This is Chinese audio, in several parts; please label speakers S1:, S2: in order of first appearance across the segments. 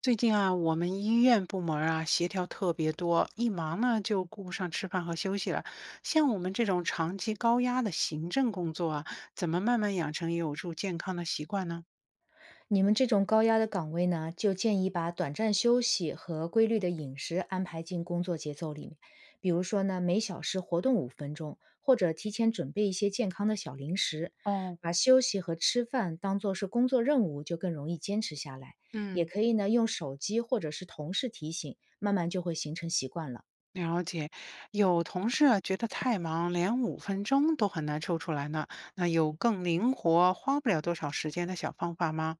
S1: 最近啊，我们医院部门儿啊协调特别多，一忙呢就顾不上吃饭和休息了。像我们这种长期高压的行政工作啊，怎么慢慢养成有助健康的习惯呢？
S2: 你们这种高压的岗位呢，就建议把短暂休息和规律的饮食安排进工作节奏里面。比如说呢，每小时活动五分钟，或者提前准备一些健康的小零食，
S1: 哦，
S2: 把休息和吃饭当做是工作任务，就更容易坚持下来。也
S1: 嗯，
S2: 可以呢，用手机或者是同事提醒，慢慢就会形成习惯了。
S1: 了解。有同事啊觉得太忙，连五分钟都很难抽出来呢。那有更灵活、花不了多少时间的小方法吗？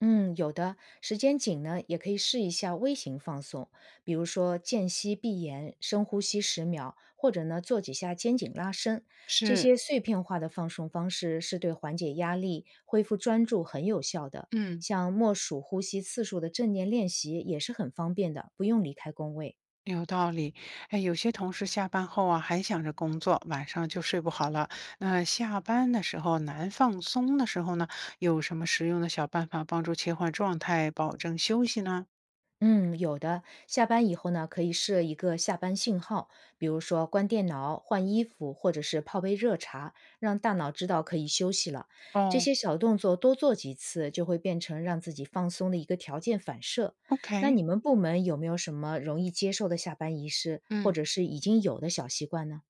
S2: 嗯，有的，时间紧呢，也可以试一下微型放松，比如说间隙闭眼、深呼吸十秒，或者呢做几下肩颈拉伸。这
S1: 是，
S2: 些碎片化的放松方式是对缓解压力、恢复专注很有效的。
S1: 嗯。
S2: 像默数呼吸次数的正念练习也是很方便的，不用离开工位。
S1: 有道理，哎，有些同事下班后啊，还想着工作，晚上就睡不好了。那下班的时候难放松的时候呢，有什么实用的小办法帮助切换状态，保证休息呢？
S2: 嗯，有的。下班以后呢，可以设一个下班信号，比如说关电脑、换衣服，或者是泡杯热茶，让大脑知道可以休息了。这
S1: 哦
S2: 些小动作多做几次，就会变成让自己放松的一个条件反射。那
S1: ，OK，
S2: 你们部门有没有什么容易接受的下班仪式，或
S1: 嗯。
S2: 者是已经有的小习惯呢？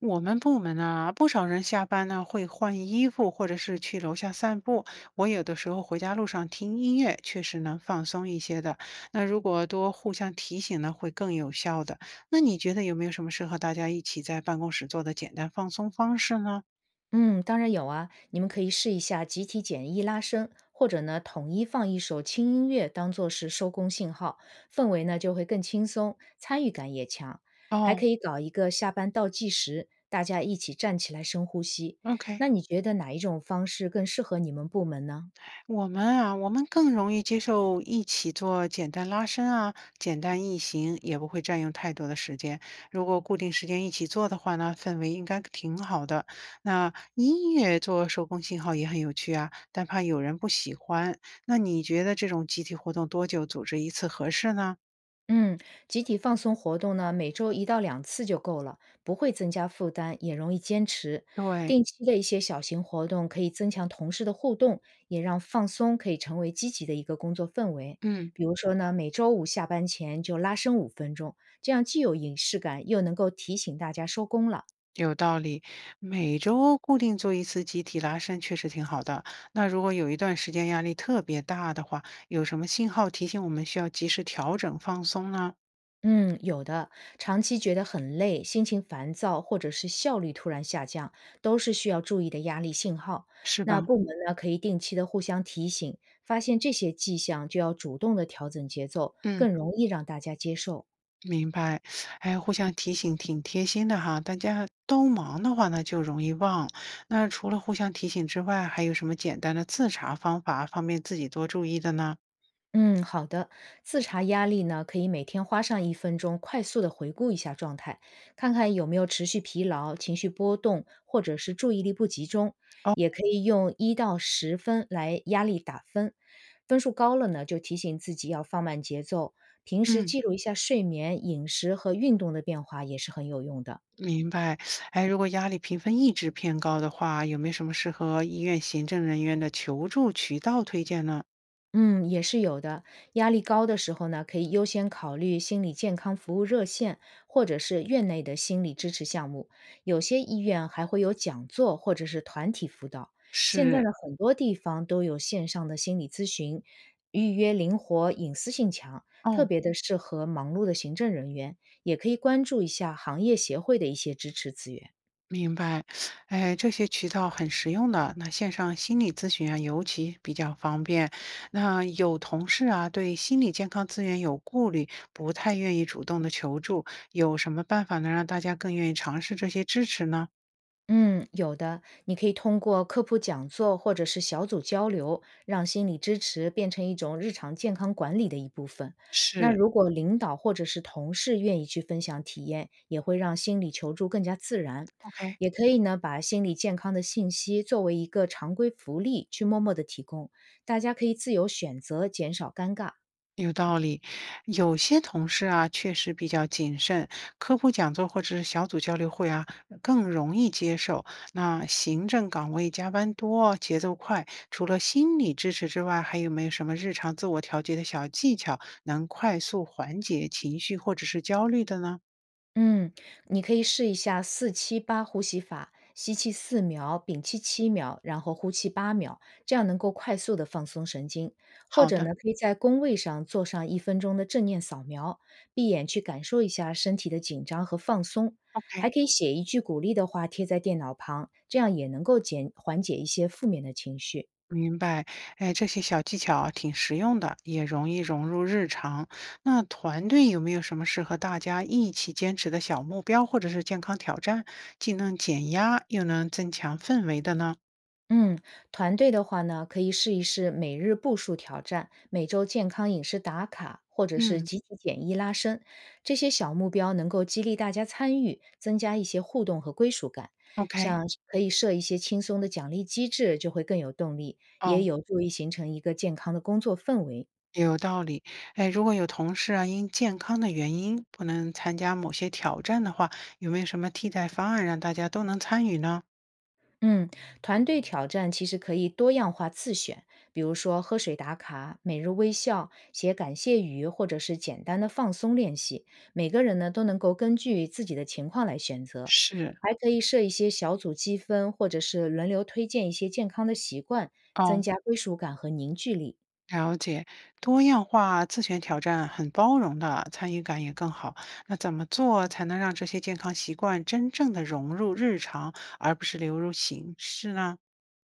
S1: 我们部门啊，不少人下班呢会换衣服，或者是去楼下散步。我有的时候回家路上听音乐，确实能放松一些的。那如果多互相提醒呢，会更有效的。那你觉得有没有什么适合大家一起在办公室做的简单放松方式呢？
S2: 嗯，当然有啊，你们可以试一下集体简易拉伸，或者呢，统一放一首轻音乐当做是收工信号，氛围呢就会更轻松，参与感也强。还
S1: 哦
S2: 可以搞一个下班倒计时，大家一起站起来深呼吸。
S1: ，OK。
S2: 那你觉得哪一种方式更适合你们部门呢？
S1: 我们更容易接受一起做简单拉伸啊，简单易行，也不会占用太多的时间。如果固定时间一起做的话呢，氛围应该挺好的。那音乐做手工信号也很有趣啊，但怕有人不喜欢。那你觉得这种集体活动多久组织一次合适呢？
S2: 嗯，集体放松活动呢，每周1到2次就够了，不会增加负担，也容易坚持。
S1: 对，
S2: 定期的一些小型活动可以增强同事的互动，也让放松可以成为积极的一个工作氛围。
S1: 嗯。
S2: 比如说呢，每周五下班前就拉伸五分钟，这样既有仪式感，又能够提醒大家收工了。
S1: 有道理，每周固定做一次集体拉伸确实挺好的。那如果有一段时间压力特别大的话，有什么信号提醒我们需要及时调整放松呢？
S2: 嗯，有的，长期觉得很累、心情烦躁，或者是效率突然下降，都是需要注意的压力信号。
S1: 是
S2: 那
S1: 吧？
S2: 部门呢，可以定期的互相提醒，发现这些迹象就要主动的调整节奏，
S1: 嗯，
S2: 更容易让大家接受。
S1: 明白。哎，互相提醒挺贴心的哈。大家都忙的话呢，就容易忘。那除了互相提醒之外，还有什么简单的自查方法方便自己多注意的呢？
S2: 嗯，好的。自查压力呢，可以每天花上一分钟，快速的回顾一下状态，看看有没有持续疲劳、情绪波动，或者是注意力不集中。
S1: 哦，
S2: 也可以用1到10分来压力打分，分数高了呢，就提醒自己要放慢节奏。平时
S1: 嗯。
S2: 记录一下睡眠、饮食和运动的变化也是很有用的。
S1: 明白，哎，如果压力评分一直偏高的话，有没有什么适合医院行政人员的求助渠道推荐呢？
S2: 嗯，也是有的。压力高的时候呢，可以优先考虑心理健康服务热线，或者是院内的心理支持项目。有些医院还会有讲座或者是团体辅导。现在呢，
S1: 是，
S2: 很多地方都有线上的心理咨询，预约灵活，隐私性强，特
S1: 哦，
S2: 别的适合忙碌的行政人员。也可以关注一下行业协会的一些支持资源。
S1: 明白，哎，这些渠道很实用的。那线上心理咨询啊，尤其比较方便。那有同事啊，对心理健康资源有顾虑，不太愿意主动的求助，有什么办法能让大家更愿意尝试这些支持呢？
S2: 嗯，有的，你可以通过科普讲座或者是小组交流，让心理支持变成一种日常健康管理的一部分。那
S1: 是。
S2: 如果领导或者是同事愿意去分享体验，也会让心理求助更加自然。
S1: ？OK。
S2: 也可以呢，把心理健康的信息作为一个常规福利去默默的提供，大家可以自由选择，减少尴尬。
S1: 有道理，有些同事啊，确实比较谨慎，科普讲座或者是小组交流会啊，更容易接受。那行政岗位加班多，节奏快，除了心理支持之外，还有没有什么日常自我调节的小技巧，能快速缓解情绪或者是焦虑的呢？
S2: 嗯，你可以试一下4-7-8呼吸法，吸气4秒，屏气7秒，然后呼气8秒，这样能够快速的放松神经。或
S1: 好
S2: 者
S1: 的
S2: 呢，可以在工位上做上一分钟的正念扫描，闭眼去感受一下身体的紧张和放松。还
S1: ，OK。
S2: 可以写一句鼓励的话贴在电脑旁，这样也能够减缓解一些负面的情绪。
S1: 明白，哎，这些小技巧啊挺实用的，也容易融入日常。那团队有没有什么适合大家一起坚持的小目标或者是健康挑战，既能减压又能增强氛围的呢？
S2: 嗯，团队的话呢，可以试一试每日步数挑战、每周健康饮食打卡，或者是
S1: 嗯，
S2: 集体减一拉伸，这些小目标能够激励大家参与，增加一些互动和归属感。
S1: ？OK，
S2: 像是可以设一些轻松的奖励机制，就会更有动力，也
S1: 哦，
S2: 有助于形成一个健康的工作氛围。
S1: 有道理。哎，如果有同事啊因健康的原因不能参加某些挑战的话，有没有什么替代方案让大家都能参与呢？
S2: 嗯，团队挑战其实可以多样化自选，比如说喝水打卡、每日微笑、写感谢语，或者是简单的放松练习。每个人呢都能够根据自己的情况来选择，
S1: 是。
S2: 还可以设一些小组积分，或者是轮流推荐一些健康的习惯，增
S1: 哦。
S2: 加归属感和凝聚力。
S1: 了解，多样化自选挑战很包容的，参与感也更好。那怎么做才能让这些健康习惯真正的融入日常，而不是流入形式呢？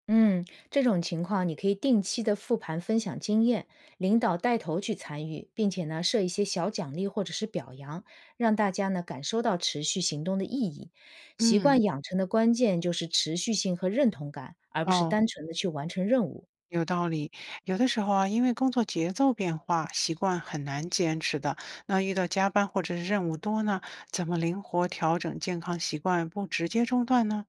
S2: 嗯，这种情况你可以定期的复盘分享经验，领导带头去参与，并且呢设一些小奖励或者是表扬，让大家呢感受到持续行动的意义。习
S1: 嗯，
S2: 惯养成的关键就是持续性和认同感，而不是
S1: 哦，
S2: 单纯的去完成任务。
S1: 有道理。有的时候啊，因为工作节奏变化，习惯很难坚持的。那遇到加班或者是任务多呢，怎么灵活调整健康习惯，不直接中断呢？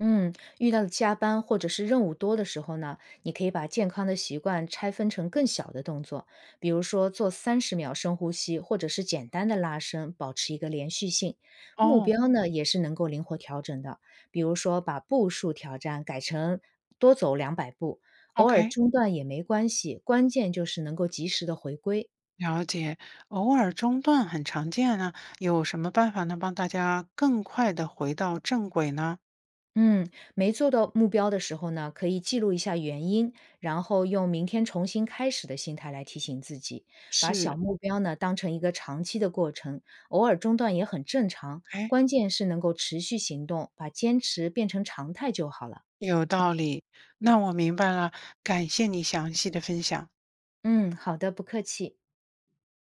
S2: 嗯，遇到加班或者是任务多的时候呢，你可以把健康的习惯拆分成更小的动作，比如说做30秒深呼吸，或者是简单的拉伸，保持一个连续性。目
S1: 哦
S2: 标呢也是能够灵活调整的，比如说把步数挑战改成多走200步，偶尔
S1: ，OK。
S2: 中断也没关系，关键就是能够及时的回归。
S1: 了解，偶尔中断很常见啊，有什么办法能帮大家更快的回到正轨呢？
S2: 嗯，没做到目标的时候呢，可以记录一下原因，然后用明天重新开始的心态来提醒自己，把
S1: 是，
S2: 小目标呢当成一个长期的过程，偶尔中断也很正常，
S1: 哎，
S2: 关键是能够持续行动，把坚持变成常态就好了。
S1: 有道理，那我明白了，感谢你详细的分享。
S2: 嗯，好的，不客气。